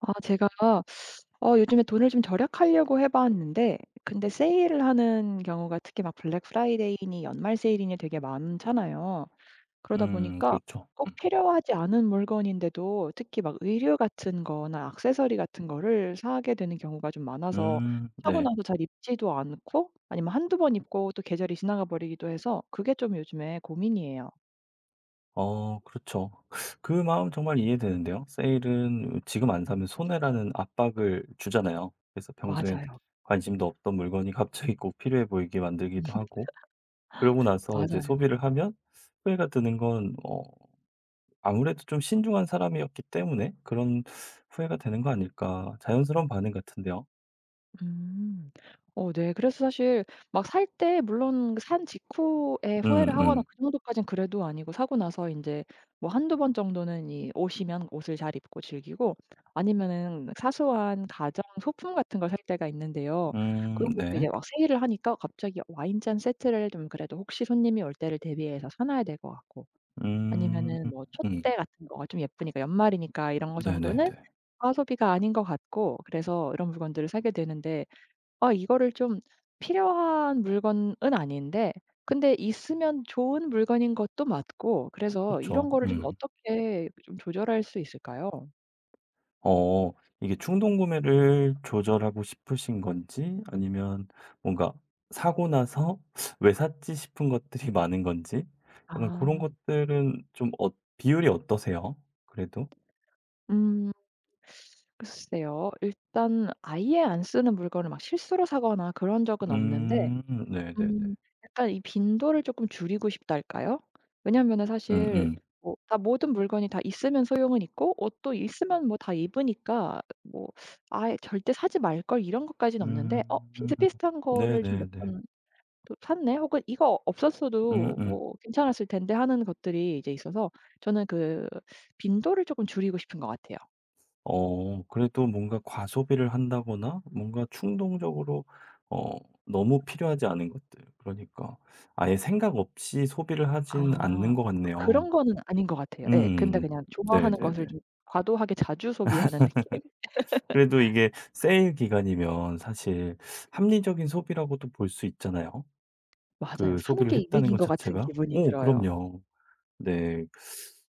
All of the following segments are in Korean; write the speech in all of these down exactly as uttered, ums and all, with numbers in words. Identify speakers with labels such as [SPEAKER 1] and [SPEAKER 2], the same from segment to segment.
[SPEAKER 1] 아 제가 어 요즘에 돈을 좀 절약하려고 해 봤는데 근데 세일을 하는 경우가 특히 막 블랙 프라이데이니 연말 세일이니 되게 많잖아요. 그러다
[SPEAKER 2] 음
[SPEAKER 1] 보니까
[SPEAKER 2] 그렇죠.
[SPEAKER 1] 꼭
[SPEAKER 2] 음.
[SPEAKER 1] 필요하지 않은 물건인데도 특히 막 의류 같은 거나 액세서리 같은 거를 사게 되는 경우가 좀 많아서
[SPEAKER 2] 음
[SPEAKER 1] 사고
[SPEAKER 2] 네.
[SPEAKER 1] 나서 잘 입지도 않고 아니면 한두 번 입고 또 계절이 지나가 버리기도 해서 그게 좀 요즘에 고민이에요.
[SPEAKER 2] 어 그렇죠. 그 마음 정말 이해되는데요. 세일은 지금 안 사면 손해라는 압박을 주잖아요. 그래서 평소엔
[SPEAKER 1] 맞아요.
[SPEAKER 2] 관심도 없던 물건이 갑자기 꼭 필요해 보이게 만들기도 하고, 그러고 나서 이제
[SPEAKER 1] 맞아요.
[SPEAKER 2] 소비를 하면 후회가 드는 건 어 아무래도 좀 신중한 사람이었기 때문에 그런 후회가 되는 거 아닐까. 자연스러운 반응 같은데요.
[SPEAKER 1] 음. 어 네. 그래서 사실 막 살 때 물론 그 산 직후에 후회를
[SPEAKER 2] 음음.
[SPEAKER 1] 하거나
[SPEAKER 2] 음
[SPEAKER 1] 그 정도까진 그래도 아니고 사고 나서 인제 뭐 한두 번 정도는 이 옷이면 옷을 잘 입고 즐기고 아니면은 사소한 가전 소품 같은 걸 살 때가 있는데요.
[SPEAKER 2] 음,
[SPEAKER 1] 그런 것도 이제
[SPEAKER 2] 네.
[SPEAKER 1] 막 세일을 하니까 갑자기 와인잔 세트를 좀 그래도 혹시 손님이 올 때를 대비해서 사 놔야 될 것 같고
[SPEAKER 2] 음.
[SPEAKER 1] 아니면은 뭐
[SPEAKER 2] 음.
[SPEAKER 1] 촛대 같은 거가 좀 예쁘니까 연말이니까 이런 거
[SPEAKER 2] 네네네.
[SPEAKER 1] 정도는 과소비가 아닌 것 같고, 그래서 이런 물건들을 사게 되는데 아 이거를 좀 필요한 물건은 아닌데 근데 있으면 좋은 물건인 것도 맞고, 그래서
[SPEAKER 2] 그렇죠.
[SPEAKER 1] 이런 거를 좀
[SPEAKER 2] 음.
[SPEAKER 1] 어떻게 좀 조절할 수 있을까요?
[SPEAKER 2] 어 이게 충동 구매를 조절하고 싶으신 건지, 아니면 뭔가 사고 나서 '왜 샀지?' 싶은 것들이 많은 건지, 약간 그런
[SPEAKER 1] 아.
[SPEAKER 2] 것들은 좀 어 비율이 어떠세요? 그래도?
[SPEAKER 1] 음. 글쎄요. 일단 아예 안 쓰는 물건을 막 실수로 사거나 그런 적은 없는데
[SPEAKER 2] 음
[SPEAKER 1] 음.
[SPEAKER 2] 네네네.
[SPEAKER 1] 약간 이 빈도를 쪼끔 줄이고 싶달까요? 왜냐하면은 사실
[SPEAKER 2] 음음.
[SPEAKER 1] 뭐 다 모든 물건이 다 있으면 소용은 있고 옷도 있으면 뭐 다 입으니까 뭐 '아예 절대 사지 말걸.' 이런 것까지는
[SPEAKER 2] 음.
[SPEAKER 1] 없는데 어
[SPEAKER 2] 음,
[SPEAKER 1] 비슷비슷한 거를 좀 몇
[SPEAKER 2] 네네네.
[SPEAKER 1] 번 또 샀네 혹은 '이거 없었어도
[SPEAKER 2] 음음.
[SPEAKER 1] 뭐 괜찮았을 텐데.' 하는 것들이 이제 있어서 저는 그 빈도를 쪼끔 줄이고 싶은 것 같아요.
[SPEAKER 2] 어 그래도 뭔가 과소비를 한다거나 뭔가 충동적으로 어 너무 필요하지 않은 것들, 그러니까 아예 생각 없이 소비를 하진 않는
[SPEAKER 1] 아.
[SPEAKER 2] 것 같네요.
[SPEAKER 1] 그런 거는 아닌 것 같아요. 예. 근데
[SPEAKER 2] 음.
[SPEAKER 1] 그냥 좋아하는
[SPEAKER 2] 네네네.
[SPEAKER 1] 것을 좀 과도하게 자주 소비하는 느낌?
[SPEAKER 2] 그래도 이게 세일 기간이면 사실 합리적인 소비라고도 볼 수 있잖아요,
[SPEAKER 1] 맞아요.
[SPEAKER 2] 그
[SPEAKER 1] 사는
[SPEAKER 2] 소비를
[SPEAKER 1] 게
[SPEAKER 2] 했다는
[SPEAKER 1] 이득인
[SPEAKER 2] 것
[SPEAKER 1] 것 같은
[SPEAKER 2] 자체가.
[SPEAKER 1] 기분이
[SPEAKER 2] 오,
[SPEAKER 1] 들어요.
[SPEAKER 2] 그럼요. 네.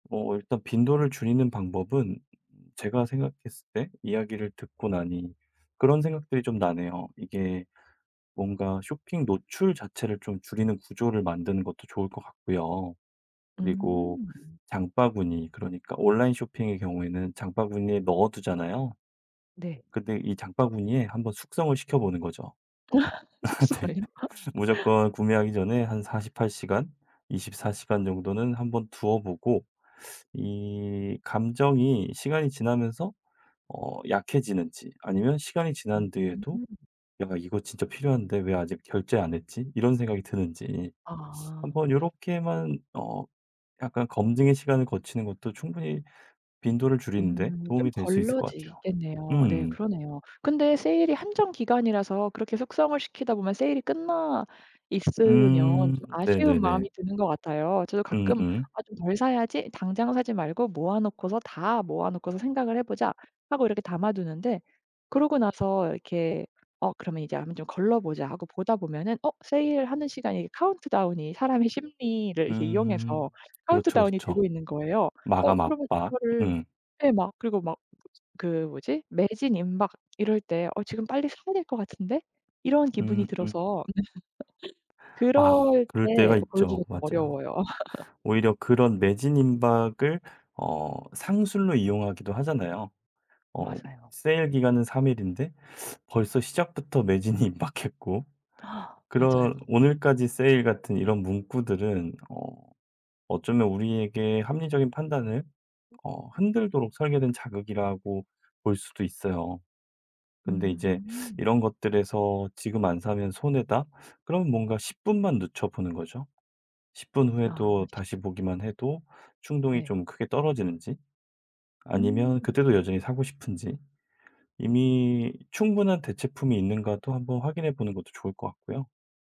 [SPEAKER 2] 어 일단 빈도를 줄이는 방법은, 제가 생각했을 때 이야기를 듣고 나니 그런 생각들이 좀 나네요. 이게 뭔가 쇼핑 노출 자체를 좀 줄이는 구조를 만드는 것도 좋을 것 같고요. 그리고
[SPEAKER 1] 음.
[SPEAKER 2] 장바구니, 그러니까 온라인 쇼핑의 경우에는 장바구니에 넣어 두잖아요.
[SPEAKER 1] 네.
[SPEAKER 2] 근데 이 장바구니에 한번 숙성을 시켜 보는 거죠. 네.
[SPEAKER 1] 속성을. 요
[SPEAKER 2] 무조건 구매하기 전에 한 48 시간, 24 시간 정도는 한번 두어 보고, 이 감정이 시간이 지나면서 어 약해지는지, 아니면 시간이 지난 뒤에도
[SPEAKER 1] 음.
[SPEAKER 2] '야 이거 진짜 필요한데 왜 아직 결제 안 했지?' 이런 생각이 드는지,
[SPEAKER 1] 아.
[SPEAKER 2] 한번 요렇게만 어 약간 검증의 시간을 거치는 것도 충분히 빈도를 줄이는 데
[SPEAKER 1] 음 좀
[SPEAKER 2] 도움이 될 수 있을 것 같아요.
[SPEAKER 1] 걸러지겠네요. 네
[SPEAKER 2] 음.
[SPEAKER 1] 그러네요. 근데 세일이 한정 기간이라서 그렇게 숙성을 시키다 보면 세일이 끝나 있으면
[SPEAKER 2] 음.
[SPEAKER 1] 좀 아쉬운
[SPEAKER 2] 네네네.
[SPEAKER 1] 마음이 드는 것 같아요. 저도 가끔
[SPEAKER 2] 음음.
[SPEAKER 1] '아 좀 덜 사야지. 당장 사지 말고 모아 놓고서 다 모아 놓고서 생각을 해 보자.' 하고 이렇게 담아 두는데 그러고 나서 이렇게 '어 그러면 이제 한번 좀 걸러 보자.' 하고 보다 보면은 어 세일하는 시간에 이게 카운트다운이 사람의 심리를
[SPEAKER 2] 음.
[SPEAKER 1] 이렇게 이용해서
[SPEAKER 2] 음. 그렇죠,
[SPEAKER 1] 카운트다운이 되고
[SPEAKER 2] 그렇죠.
[SPEAKER 1] 있는 거예요. 어
[SPEAKER 2] 마감
[SPEAKER 1] 그러면
[SPEAKER 2] 압박.
[SPEAKER 1] 이거를
[SPEAKER 2] 음.
[SPEAKER 1] 예 막 그리고 막 그 뭐지? 매진 임박 이럴 때 '어 지금 빨리 사야 될 것 같은데?' 이런 기분이
[SPEAKER 2] 음음.
[SPEAKER 1] 들어서
[SPEAKER 2] 아,
[SPEAKER 1] 그럴
[SPEAKER 2] 그럴
[SPEAKER 1] 때
[SPEAKER 2] 때가
[SPEAKER 1] 고르기가
[SPEAKER 2] 있죠.
[SPEAKER 1] 좀
[SPEAKER 2] 맞아요.
[SPEAKER 1] 어려워요.
[SPEAKER 2] 오히려 그런 매진 임박을 어 상술로 이용하기도 하잖아요. 어
[SPEAKER 1] 맞아요.
[SPEAKER 2] 세일 기간은 삼 일 일인데 벌써 시작부터 매진이 임박했고, 그런
[SPEAKER 1] 맞아요.
[SPEAKER 2] "오늘까지 세일" 같은 이런 문구들은 어 어쩌면 우리에게 합리적인 판단을 어 흔들도록 설계된 자극이라고 볼 수도 있어요. 근데 이제
[SPEAKER 1] 음.
[SPEAKER 2] 이런 것들에서 '지금 안 사면 손해다.' 그럼 뭔가 10 분만 늦춰 보는 거죠. 십 분
[SPEAKER 1] 아
[SPEAKER 2] 후에도
[SPEAKER 1] 쉽
[SPEAKER 2] 다시 보기만 해도 충동이
[SPEAKER 1] 네.
[SPEAKER 2] 좀 크게 떨어지는지,
[SPEAKER 1] 음.
[SPEAKER 2] 아니면 그때도 여전히 사고 싶은지, 이미 충분한 대체품이 있는가도 한번 확인해 보는 것도 좋을 것 같고요.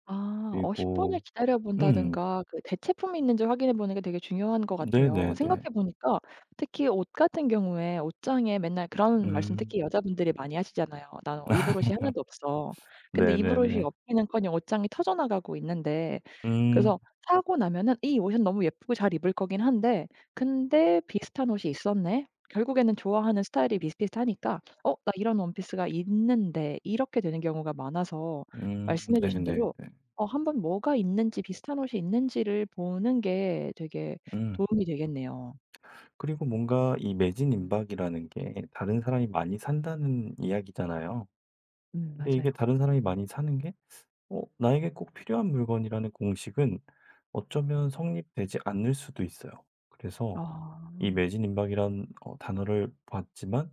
[SPEAKER 1] 아 어 십 분을
[SPEAKER 2] 그리고
[SPEAKER 1] 기다려
[SPEAKER 2] 음
[SPEAKER 1] 본다든가 그 대체품이 있는지 확인해 보는 게 되게 중요한 것 같아요.
[SPEAKER 2] 네네네.
[SPEAKER 1] 생각해 보니까 특히 옷 같은 경우에 옷장에 맨날 그런 말씀
[SPEAKER 2] 음.
[SPEAKER 1] 특히 여자분들이 많이 하시잖아요. "나는 어 입을 옷이 하나도 없어." 근데 입을 옷이
[SPEAKER 2] 네네네.
[SPEAKER 1] 없기는커녕 옷장이 터져 나가고 있는데
[SPEAKER 2] 음.
[SPEAKER 1] 그래서 사고 나면은 '이 옷은 너무 예쁘고 잘 입을 거긴 한데 근데 비슷한 옷이 있었네.' 결국에는 좋아하는 스타일이 비슷비슷하니까 '어 나 이런 원피스가 있는데.' 이렇게 되는 경우가 많아서
[SPEAKER 2] 음
[SPEAKER 1] 말씀해 주신
[SPEAKER 2] 네네네.
[SPEAKER 1] 대로 어 한번 뭐가 있는지 비슷한 옷이 있는지를 보는 게 되게
[SPEAKER 2] 음.
[SPEAKER 1] 도움이 되겠네요.
[SPEAKER 2] 그리고 뭔가 이 매진 임박이라는 게 다른 사람이 많이 산다는 이야기잖아요.
[SPEAKER 1] 음
[SPEAKER 2] 근데 이게
[SPEAKER 1] 맞아요.
[SPEAKER 2] 다른 사람이 많이 사는 게 어 나에게 꼭 필요한 물건이라는 공식은 어쩌면 성립되지 않을 수도 있어요. 그래서 이
[SPEAKER 1] 아.
[SPEAKER 2] 매진임박이란 어 단어를 봤지만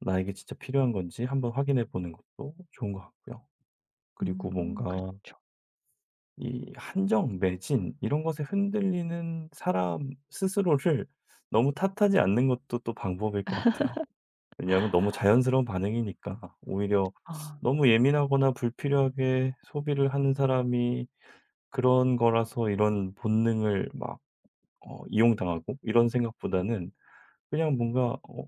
[SPEAKER 2] 나에게 진짜 필요한 건지 한번 확인해 보는 것도 좋은 것 같고요. 그리고
[SPEAKER 1] 음.
[SPEAKER 2] 뭔가
[SPEAKER 1] 그렇죠.
[SPEAKER 2] 이 한정, 매진 이런 것에 흔들리는 사람 스스로를 너무 탓하지 않는 것도 또 방법일 것 같아요. 왜냐하면 너무 자연스러운 반응이니까, 오히려
[SPEAKER 1] 아.
[SPEAKER 2] 너무 예민하거나 불필요하게 소비를 하는 사람이 그런 거라서, 이런 본능을 막 어 이용당하고 이런 생각보다는 그냥 뭔가 어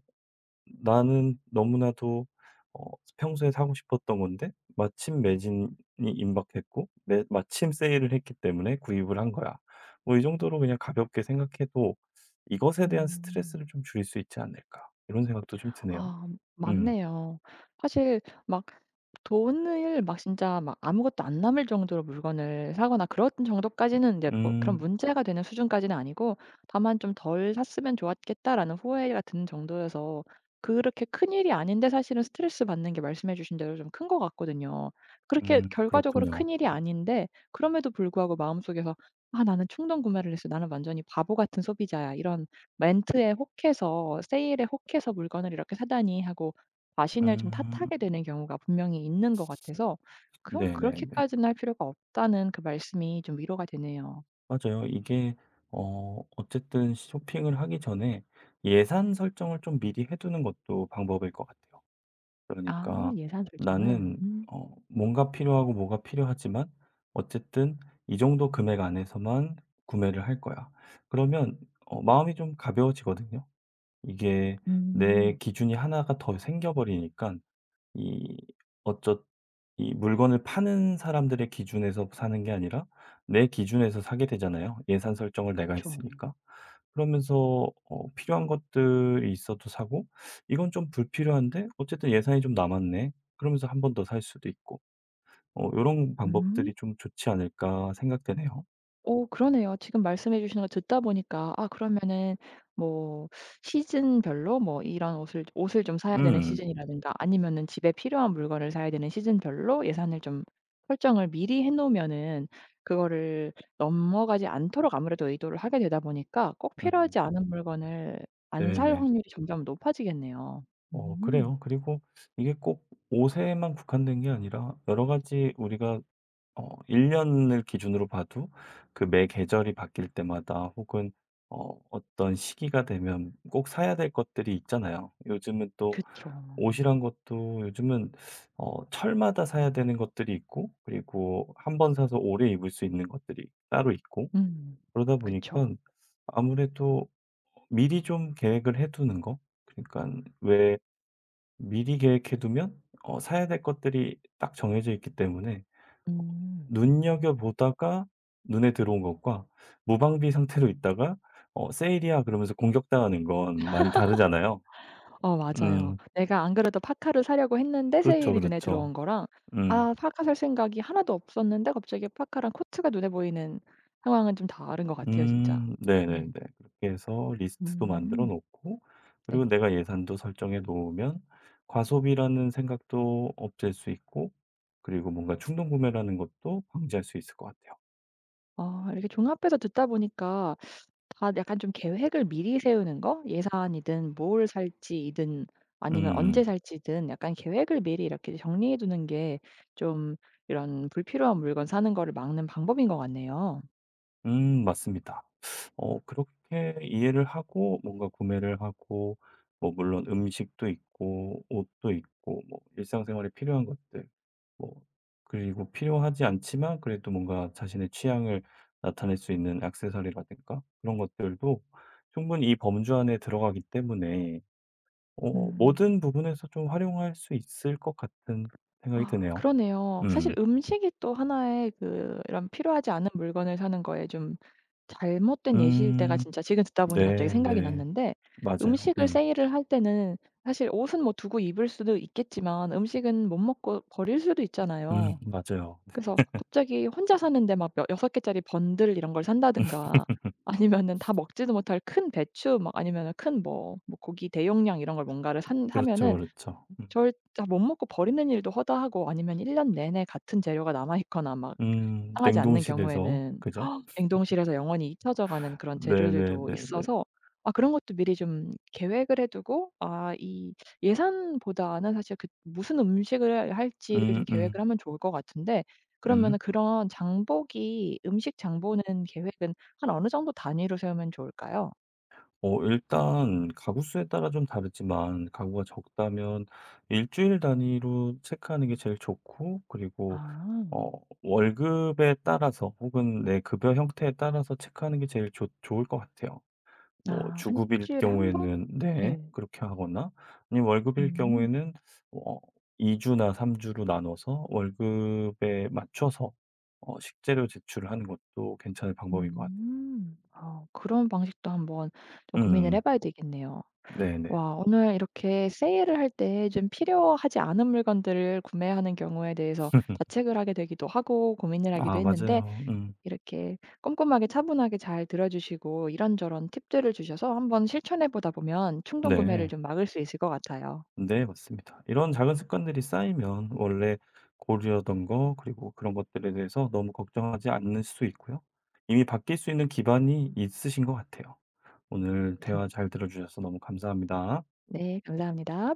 [SPEAKER 2] 나는 너무나도 어 평소에 사고 싶었던 건데 마침 매진이 임박했고 매 마침 세일을 했기 때문에 구입을 한 거야. 뭐 이 정도로 그냥 가볍게 생각해도 '이것에 대한
[SPEAKER 1] 음.
[SPEAKER 2] 스트레스를 좀 줄일 수 있지 않을까.' 이런 생각도 좀 드네요.
[SPEAKER 1] 아
[SPEAKER 2] 음.
[SPEAKER 1] 맞네요. 사실 막 돈을 막 진짜 막 아무것도 안 남을 정도로 물건을 사거나 그런 정도까지는 이제 뭐 그런
[SPEAKER 2] 음.
[SPEAKER 1] 문제가 되는 수준까지는 아니고 다만 좀 '덜 샀으면 좋았겠다.'라는 후회가 드는 정도여서 그렇게 큰일이 아닌데 사실은 스트레스 받는 게 말씀해 주신 대로 좀 큰 것 같거든요. 그렇게
[SPEAKER 2] 음.
[SPEAKER 1] 결과적으로
[SPEAKER 2] 그렇군요.
[SPEAKER 1] 큰일이
[SPEAKER 2] 음.
[SPEAKER 1] 아닌데 그럼에도 불구하고 마음속에서 '아 나는 충동 구매를 했어. 나는 완전히 바보 같은 소비자야.' 이런 렌트에 혹해서 세일에 혹해서 물건을 이렇게 사다니 하고 자신을 좀
[SPEAKER 2] 음.
[SPEAKER 1] 탓하게 되는 경우가 분명히 있는 것 같아서 그럼
[SPEAKER 2] 네네네.
[SPEAKER 1] 그렇게까지는 할 필요가 없다는 그 말씀이 좀 위로가 되네요.
[SPEAKER 2] 맞아요. 이게 어 어쨌든 쇼핑을 하기 전에 예산 설정을 좀 미리 해 두는 것도 방법일 것 같아요.
[SPEAKER 1] 아
[SPEAKER 2] 그러니까
[SPEAKER 1] 예산 설정을.
[SPEAKER 2] 나는
[SPEAKER 1] 음.
[SPEAKER 2] 어 뭔가 필요하고 뭐가 필요하지만 어쨌든 이 정도 금액 안에서만 구매를 할 거야. 그러면 어 마음이 좀 가벼워지거든요. 이게 내
[SPEAKER 1] 음.
[SPEAKER 2] 기준이 하나가 더 생겨버리니까, 이 어쩌 이 물건을 파는 사람들의 기준에서 사는 게 아니라 내 기준에서 사게 되잖아요. 예산 설정을 내가
[SPEAKER 1] 그쵸.
[SPEAKER 2] 했으니까. 그러면서 어 필요한 것들이 있어도 사고, '이건 좀 불필요한데 어쨌든 예산이 좀 남았네.' 그러면서 한 번 더 살 수도 있고, 어런
[SPEAKER 1] 음.
[SPEAKER 2] 방법들이 좀 좋지 않을까 생각되네요.
[SPEAKER 1] 오, 그러네요. 지금 말씀해 주시는 걸 듣다 보니까 아 그러면은 뭐 시즌별로 뭐 이런 옷을 옷을 좀 사야 되는
[SPEAKER 2] 음.
[SPEAKER 1] 시즌이라든가 아니면은 집에 필요한 물건을 사야 되는 시즌별로 예산을 좀 설정을 미리 해 놓으면은 그거를 넘어가지 않도록 아무래도 의도를 하게 되다 보니까 꼭 필요하지
[SPEAKER 2] 음.
[SPEAKER 1] 않은 물건을 안 살
[SPEAKER 2] 네네.
[SPEAKER 1] 확률이 점점 높아지겠네요.
[SPEAKER 2] 어
[SPEAKER 1] 음.
[SPEAKER 2] 그래요. 그리고 이게 꼭 옷에만 국한된 게 아니라 여러 가지, 우리가 어 일 년 년을 기준으로 봐도 그 매 계절이 바뀔 때마다, 혹은 어 어떤 시기가 되면 꼭 사야 될 것들이 있잖아요. 요즘은 또
[SPEAKER 1] 그쵸.
[SPEAKER 2] 옷이란 것도 요즘은 어 철마다 사야 되는 것들이 있고, 그리고 한번 사서 오래 입을 수 있는 것들이 따로 있고,
[SPEAKER 1] 음.
[SPEAKER 2] 그러다 보니까
[SPEAKER 1] 그쵸.
[SPEAKER 2] 아무래도 미리 좀 계획을 해 두는 거, 그러니까 왜 미리 계획해 두면 어 사야 될 것들이 딱 정해져 있기 때문에, 어
[SPEAKER 1] 음.
[SPEAKER 2] 눈여겨 보다가 눈에 들어온 것과 무방비 상태로 있다가 어 "세일이야." 그러면서 공격당하는 건 많이 다르잖아요.
[SPEAKER 1] 어 맞아요.
[SPEAKER 2] 음.
[SPEAKER 1] 내가 안 그래도 파카를 사려고 했는데
[SPEAKER 2] 그렇죠,
[SPEAKER 1] 세일이 눈에 들어온
[SPEAKER 2] 그렇죠.
[SPEAKER 1] 거랑
[SPEAKER 2] 음.
[SPEAKER 1] 아 파카 살 생각이 하나도 없었는데 갑자기 파카랑 코트가 눈에 보이는 상황은 좀 다른 것 같아요 진짜.
[SPEAKER 2] 음 네네네.
[SPEAKER 1] 음.
[SPEAKER 2] 그렇게 해서 리스트도 만들어
[SPEAKER 1] 음.
[SPEAKER 2] 놓고 그리고
[SPEAKER 1] 네.
[SPEAKER 2] 내가 예산도 설정해 놓으면, 과소비라는 생각도 없앨 수 있고, 그리고 뭔가 충동 구매라는 것도 방지할 수 있을 것 같아요.
[SPEAKER 1] 아 이렇게 종합해서 듣다 보니까 다 약간 좀 계획을 미리 세우는 거? 예산이든 뭘 살지이든 아니면 언제
[SPEAKER 2] 음.
[SPEAKER 1] 살지든 약간 계획을 미리 이렇게 정리해 두는 게 좀 이런 불필요한 물건 사는 거를 막는 방법인 것 같네요.
[SPEAKER 2] 음 맞습니다. 어 그렇게 이해를 하고 뭔가 구매를 하고, 뭐 물론 음식도 있고 옷도 있고 뭐 일상생활에 필요한 것들, 뭐 그리고 필요하지 않지만 그래도 뭔가 자신의 취향을 나타낼 수 있는 액세서리라든가 그런 것들도 충분히 이 범주 안에 들어가기 때문에 어
[SPEAKER 1] 음.
[SPEAKER 2] 모든 부분에서 좀 활용할 수 있을 것 같은 생각이
[SPEAKER 1] 아
[SPEAKER 2] 드네요.
[SPEAKER 1] 그러네요. 사실
[SPEAKER 2] 음.
[SPEAKER 1] 음식이 또 하나의 그 이런 필요하지 않은 물건을 사는 거에 좀 잘못된 예시일 때가
[SPEAKER 2] 음.
[SPEAKER 1] 진짜 지금 듣다 보니 갑자기 생각이
[SPEAKER 2] 네네.
[SPEAKER 1] 났는데
[SPEAKER 2] 맞아요.
[SPEAKER 1] 음식을
[SPEAKER 2] 음.
[SPEAKER 1] 세일을 할 때는 사실 옷은 뭐 두고 입을 수도 있겠지만 음식은 못 먹고 버릴 수도
[SPEAKER 2] 음
[SPEAKER 1] 있잖아요.
[SPEAKER 2] 맞아요.
[SPEAKER 1] 그래서 갑자기 혼자 사는데 막여6 개짜리 번들 이런 걸 산다든가 아니면은 다 먹지도 못할 큰 배추 막 아니면은 큰 뭐 뭐 고기 대용량 이런 걸 뭔가를 산
[SPEAKER 2] 그렇죠,
[SPEAKER 1] 사면은
[SPEAKER 2] 그렇죠. 음.
[SPEAKER 1] 절 다 못 먹고 버리는 일도 허다하고 아니면 일 년 내내 같은 재료가 남아 있거나 막
[SPEAKER 2] 음.
[SPEAKER 1] 상하지 않는
[SPEAKER 2] 냉동실에서
[SPEAKER 1] 경우에는
[SPEAKER 2] 그죠?
[SPEAKER 1] 냉동실에서 영원히 잊혀져 가는 그런 재료들도
[SPEAKER 2] 네네네네.
[SPEAKER 1] 있어서 아 그런 것도 미리 좀 계획을 해 두고 아 이 예산보다는 사실 그 무슨 음식을 할지를 좀
[SPEAKER 2] 음음.
[SPEAKER 1] 계획을
[SPEAKER 2] 음.
[SPEAKER 1] 하면 좋을 것 같은데
[SPEAKER 2] 음, 음.
[SPEAKER 1] 그러면은 그런 장보기 음식 장보는 계획은 한 어느 정도 단위로 세우면 좋을까요?
[SPEAKER 2] 어 일단 가구 수에 따라 좀 다르지만, 가구가 적다면 일 주일 단위로 체크하는 게 제일 좋고, 그리고
[SPEAKER 1] 아.
[SPEAKER 2] 어 월급에 따라서 혹은 내 급여 형태에 따라서 체크하는 게 제일 좋 좋을 것 같아요. 뭐
[SPEAKER 1] 아
[SPEAKER 2] 주급일
[SPEAKER 1] 주일에 한 번?
[SPEAKER 2] 경우에는 네
[SPEAKER 1] 네.
[SPEAKER 2] 그렇게 하거나, 아니면 월급일
[SPEAKER 1] 음.
[SPEAKER 2] 경우에는 어 2 주나 3 주로 나눠서 월급에 맞춰서 어 식재료 제출을 하는 것도 괜찮을 방법인 것 같아요.
[SPEAKER 1] 음. 아 그런 방식도 한번 좀 고민을 해
[SPEAKER 2] 음.
[SPEAKER 1] 봐야 되겠네요.
[SPEAKER 2] 네네.
[SPEAKER 1] 와 오늘 이렇게 세일을 할 때 좀 필요하지 않은 물건들을 구매하는 경우에 대해서 자책을 하게 되기도 하고 고민을 하기도
[SPEAKER 2] 아,
[SPEAKER 1] 했는데
[SPEAKER 2] 맞아요. 음.
[SPEAKER 1] 이렇게 꼼꼼하게 차분하게 잘 들어 주시고 이런저런 팁들을 주셔서 한번 실천해 보다 보면 충동 구매를
[SPEAKER 2] 네.
[SPEAKER 1] 좀 막을 수 있을 것 같아요.
[SPEAKER 2] 네, 맞습니다. 이런 작은 습관들이 쌓이면 원래 고르려던 거, 그리고 그런 것들에 대해서 너무 걱정하지 않을 수 있고요. 이미 바뀔 수 있는 기반이 있으신 것 같아요. 오늘 대화 잘 들어 주셔서 너무 감사합니다.
[SPEAKER 1] 네 감사합니다.